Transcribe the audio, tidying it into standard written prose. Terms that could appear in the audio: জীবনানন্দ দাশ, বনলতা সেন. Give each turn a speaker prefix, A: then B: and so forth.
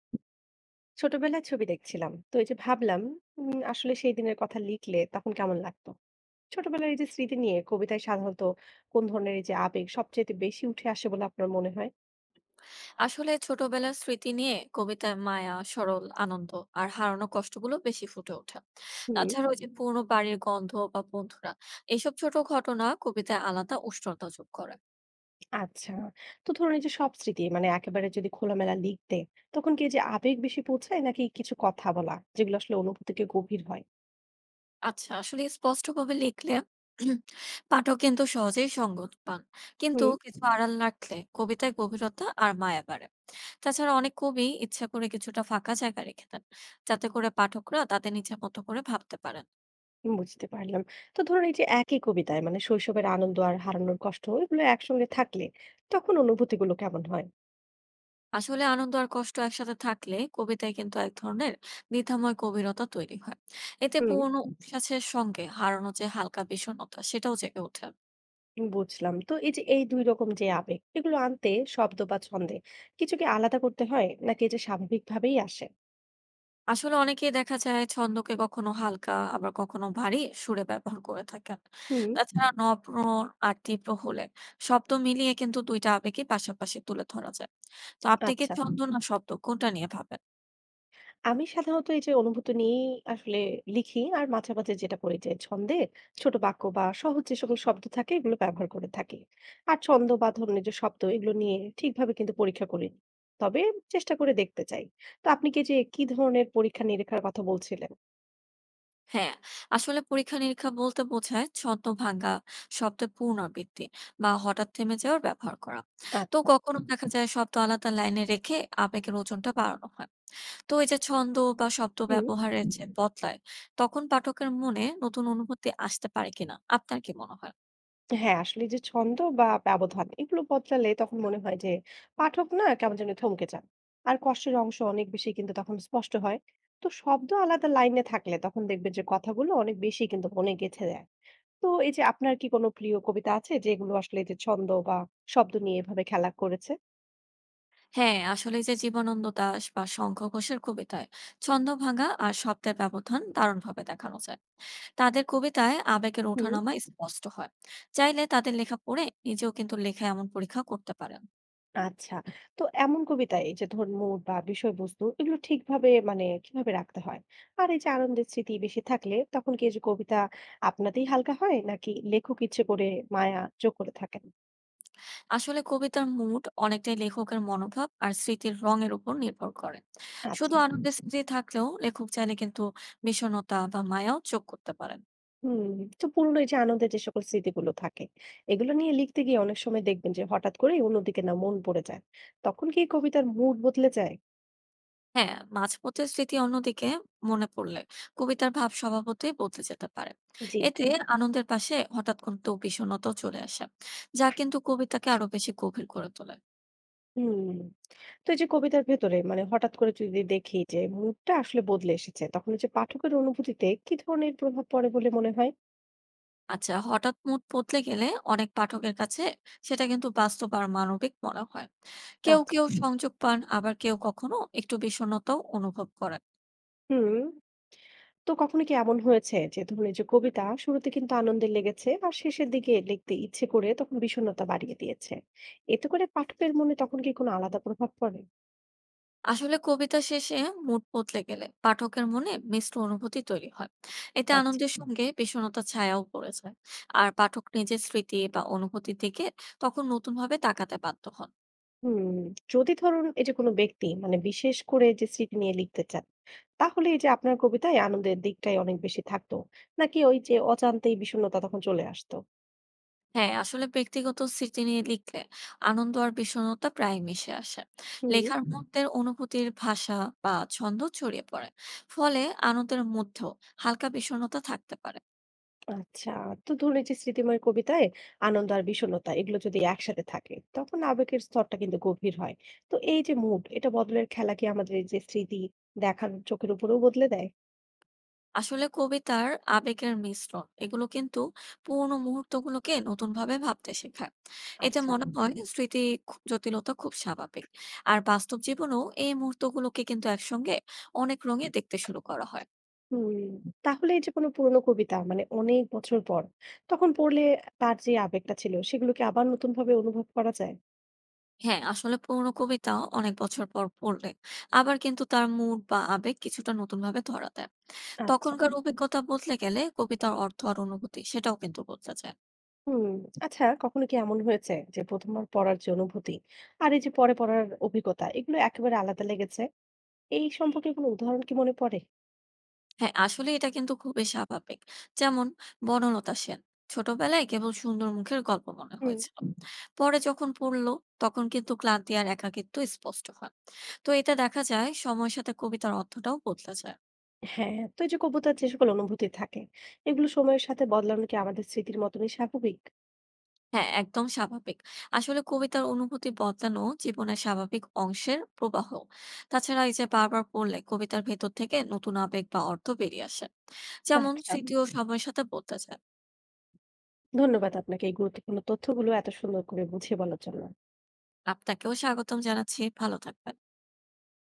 A: ছোটবেলায় ছবি দেখছিলাম। তো এই যে ভাবলাম, আসলে সেই দিনের কথা লিখলে তখন কেমন লাগতো? ছোটবেলার এই যে স্মৃতি নিয়ে কবিতায় সাধারণত কোন ধরনের এই যে আবেগ সবচাইতে বেশি উঠে আসে বলে আপনার মনে হয়?
B: আসলে ছোটবেলার স্মৃতি নিয়ে কবিতায় মায়া, সরল আনন্দ আর হারানো কষ্টগুলো বেশি ফুটে ওঠে।
A: হুম।
B: তাছাড়া ওই যে পুরনো বাড়ির গন্ধ বা বন্ধুরা, এইসব ছোট ঘটনা কবিতায় আলাদা উষ্ণতা যোগ করে।
A: আচ্ছা। তো ধরুন এই যে সব স্মৃতি মানে একেবারে যদি খোলামেলা লিখতে তখন কি এই যে আবেগ বেশি পৌঁছায় নাকি কিছু কথা বলা যেগুলো আসলে অনুভূতিকে গভীর হয়?
B: আচ্ছা, আসলে স্পষ্টভাবে লিখলে উম, পাঠক কিন্তু সহজেই সঙ্গত পান, কিন্তু
A: হুম।
B: কিছু আড়াল রাখলে কবিতায় গভীরতা আর মায়া বাড়ে। তাছাড়া অনেক কবি ইচ্ছা করে কিছুটা ফাঁকা জায়গা রেখে দেন, যাতে করে পাঠকরা তাদের নিজের মতো করে ভাবতে পারে।
A: বুঝতে পারলাম। তো ধরুন এই যে একই কবিতায় মানে শৈশবের আনন্দ আর হারানোর কষ্ট এগুলো একসঙ্গে থাকলে তখন অনুভূতিগুলো কেমন হয়?
B: আসলে আনন্দ আর কষ্ট একসাথে থাকলে কবিতায় কিন্তু এক ধরনের দ্বিধাময় কবিরতা তৈরি হয়। এতে
A: হুম।
B: পুরনো অভ্যাসের সঙ্গে হারানো যে হালকা বিষণ্ণতা, সেটাও জেগে ওঠে।
A: বুঝলাম। তো এই যে এই ২ রকম যে আবেগ, এগুলো আনতে শব্দ বা ছন্দে কিছু কি আলাদা করতে হয়? নাকি এই যে স্বাভাবিকভাবেই আসে?
B: আসলে অনেকেই দেখা যায় ছন্দকে কখনো হালকা আবার কখনো ভারী সুরে ব্যবহার করে থাকেন।
A: হুম।
B: তাছাড়া নম্র আর তীব্র হলে শব্দ মিলিয়ে কিন্তু দুইটা আবেগই পাশাপাশি তুলে ধরা যায়। তো আপনি কি
A: আচ্ছা।
B: ছন্দ না শব্দ কোনটা নিয়ে ভাবেন?
A: আমি সাধারণত এই যে অনুভূতি নিয়েই আসলে লিখি। আর মাঝে মাঝে যেটা করি যে ছন্দে ছোট বাক্য বা সহজ যে সকল শব্দ থাকে এগুলো ব্যবহার করে থাকি। আর ছন্দ বা ধরুন এই যে শব্দ এগুলো নিয়ে ঠিকভাবে কিন্তু পরীক্ষা করিনি। তবে চেষ্টা করে দেখতে চাই। তো আপনি কি যে কি ধরনের পরীক্ষা-নিরীক্ষার কথা বলছিলেন?
B: হ্যাঁ, আসলে পরীক্ষা-নিরীক্ষা বলতে বোঝায় ছন্দ ভাঙা, শব্দের পুনরাবৃত্তি বা হঠাৎ থেমে যাওয়ার ব্যবহার করা। তো
A: আচ্ছা।
B: কখনো দেখা যায় শব্দ আলাদা লাইনে রেখে আবেগের ওজনটা বাড়ানো হয়। তো এই যে ছন্দ বা শব্দ
A: হুম।
B: ব্যবহারের যে বদলায়, তখন পাঠকের মনে নতুন অনুভূতি আসতে পারে কিনা আপনার কি মনে হয়?
A: হ্যাঁ, আসলে যে ছন্দ বা ব্যবধান এগুলো বদলালে তখন মনে হয় যে পাঠক না কেমন যেন থমকে যান। আর কষ্টের অংশ অনেক বেশি কিন্তু তখন স্পষ্ট হয়। তো শব্দ আলাদা লাইনে থাকলে তখন দেখবেন যে কথাগুলো অনেক বেশি কিন্তু মনে গেঁথে যায়। তো এই যে আপনার কি কোনো প্রিয় কবিতা আছে যেগুলো আসলে এই যে ছন্দ বা শব্দ নিয়ে এভাবে খেলা করেছে?
B: হ্যাঁ, আসলে যে জীবনানন্দ দাশ বা শঙ্খ ঘোষের কবিতায় ছন্দভাঙা আর শব্দের ব্যবধান দারুণভাবে দেখানো যায়। তাদের কবিতায় আবেগের
A: হুম।
B: ওঠানামা স্পষ্ট হয়। চাইলে তাদের লেখা পড়ে নিজেও কিন্তু লেখা এমন পরীক্ষা করতে পারেন।
A: আচ্ছা। তো এমন কবিতায় এই যে ধরুন মুড বা বিষয়বস্তু এগুলো ঠিকভাবে মানে কিভাবে রাখতে হয়? আর এই যে আনন্দের স্মৃতি বেশি থাকলে তখন কি এই যে কবিতা আপনাতেই হালকা হয় নাকি লেখক ইচ্ছে করে মায়া যোগ করে থাকেন?
B: আসলে কবিতার মুড অনেকটাই লেখকের মনোভাব আর স্মৃতির রঙের উপর নির্ভর করে।
A: আচ্ছা।
B: শুধু আনন্দের স্মৃতি থাকলেও লেখক চাইলে কিন্তু বিষণ্ণতা বা মায়াও যোগ করতে পারেন।
A: হুম। তো পুরনো এই যে আনন্দের যে সকল স্মৃতিগুলো থাকে এগুলো নিয়ে লিখতে গিয়ে অনেক সময় দেখবেন যে হঠাৎ করেই অন্যদিকে না মন পড়ে যায়। তখন কি কবিতার মুড বদলে যায়?
B: হ্যাঁ, মাঝপথের স্মৃতি অন্যদিকে মনে পড়লে কবিতার ভাব স্বভাবতই বদলে যেতে পারে।
A: জি।
B: এতে আনন্দের পাশে হঠাৎ কিন্তু বিষণ্ণতাও চলে আসে, যা কিন্তু কবিতাকে আরো বেশি গভীর করে তোলে।
A: হুম। তো এই যে কবিতার ভেতরে মানে হঠাৎ করে যদি দেখি যে মুডটা আসলে বদলে এসেছে, তখন এই যে পাঠকের অনুভূতিতে কি ধরনের প্রভাব পড়ে বলে মনে হয়?
B: আচ্ছা, হঠাৎ মুড বদলে গেলে অনেক পাঠকের কাছে সেটা কিন্তু বাস্তব আর মানবিক মনে হয়। কেউ,
A: আচ্ছা।
B: কেউ সংযোগ পান, আবার কেউ কখনো একটু বিষণ্ণতাও অনুভব করেন।
A: হুম। তো কখনো কি এমন হয়েছে যে ধরুন এই যে কবিতা শুরুতে কিন্তু আনন্দে লেগেছে আর শেষের দিকে লিখতে ইচ্ছে করে তখন বিষণ্ণতা বাড়িয়ে দিয়েছে? এতে করে পাঠকের মনে তখন কি কোনো আলাদা প্রভাব পড়ে?
B: আসলে কবিতা শেষে মুড বদলে গেলে পাঠকের মনে মিশ্র অনুভূতি তৈরি হয়। এতে
A: আচ্ছা।
B: আনন্দের সঙ্গে বিষণ্ণতার ছায়াও পড়ে যায়। আর পাঠক নিজের স্মৃতি বা অনুভূতির দিকে তখন নতুনভাবে তাকাতে বাধ্য হন।
A: হুম, যদি ধরুন এই যে কোনো ব্যক্তি মানে বিশেষ করে যে স্মৃতি নিয়ে লিখতে চান, তাহলে এই যে আপনার কবিতায় আনন্দের দিকটাই অনেক বেশি থাকতো নাকি ওই যে অজান্তেই বিষণ্ণতা তখন চলে আসতো?
B: হ্যাঁ, আসলে ব্যক্তিগত স্মৃতি নিয়ে লিখলে আনন্দ আর বিষণ্ণতা প্রায় মিশে আসে।
A: হুম।
B: লেখার মধ্যে অনুভূতির ভাষা বা ছন্দ ছড়িয়ে পড়ে। ফলে আনন্দের মধ্যেও হালকা বিষণ্ণতা থাকতে পারে।
A: আচ্ছা। তো ধরুন এই যে স্মৃতিময় কবিতায় আনন্দ আর বিষণ্ণতা এগুলো যদি একসাথে থাকে তখন আবেগের স্তরটা কিন্তু গভীর হয়। তো এই যে মুড এটা বদলের খেলা কি আমাদের এই যে স্মৃতি দেখার চোখের উপরেও বদলে দেয়?
B: আসলে কবিতার আবেগের মিশ্রণ এগুলো কিন্তু পুরোনো মুহূর্তগুলোকে নতুন ভাবে ভাবতে শেখায়। এতে
A: আচ্ছা।
B: মনে হয় স্মৃতি জটিলতা খুব স্বাভাবিক, আর বাস্তব জীবনেও এই মুহূর্তগুলোকে কিন্তু একসঙ্গে অনেক রঙে দেখতে শুরু করা হয়।
A: হুম, তাহলে এই যে কোনো পুরোনো কবিতা মানে অনেক বছর পর, তখন পড়লে তার যে আবেগটা ছিল সেগুলোকে আবার নতুনভাবে অনুভব করা যায়?
B: হ্যাঁ, আসলে পুরোনো কবিতা অনেক বছর পর পড়লে আবার কিন্তু তার মুড বা আবেগ কিছুটা নতুন ভাবে ধরা দেয়।
A: আচ্ছা।
B: তখনকার অভিজ্ঞতা বদলে গেলে কবিতার অর্থ আর অনুভূতি সেটাও কিন্তু বদলে যায়।
A: হুম, আচ্ছা, কখনো কি এমন হয়েছে যে ১ম বার পড়ার যে অনুভূতি আর এই যে পরে পড়ার অভিজ্ঞতা এগুলো একেবারে আলাদা লেগেছে? এই সম্পর্কে কোনো উদাহরণ কি মনে পড়ে?
B: হ্যাঁ, আসলে এটা কিন্তু খুবই স্বাভাবিক। যেমন বনলতা সেন। ছোটবেলায় কেবল সুন্দর মুখের গল্প মনে
A: হুম,
B: হয়েছিল। পরে যখন পড়ল তখন কিন্তু ক্লান্তি আর একাকিত্ব স্পষ্ট হয়। তো এটা দেখা যায় সময়ের সাথে কবিতার অর্থটাও বদলে যায়।
A: হ্যাঁ, তো এই যে কবিতার যে সকল অনুভূতি থাকে এগুলো সময়ের সাথে বদলানো কি আমাদের স্মৃতির মতনই স্বাভাবিক?
B: হ্যাঁ, একদম স্বাভাবিক। আসলে কবিতার অনুভূতি বদলানো জীবনের স্বাভাবিক অংশের প্রবাহ। তাছাড়া এই যে বারবার পড়লে কবিতার ভেতর থেকে নতুন আবেগ বা অর্থ বেরিয়ে আসে। যেমন
A: আচ্ছা,
B: স্মৃতিও সময়ের সাথে বদলে যায়।
A: ধন্যবাদ আপনাকে এই গুরুত্বপূর্ণ তথ্যগুলো এত সুন্দর করে বুঝিয়ে বলার জন্য।
B: আপনাকেও স্বাগতম জানাচ্ছি। ভালো থাকবেন।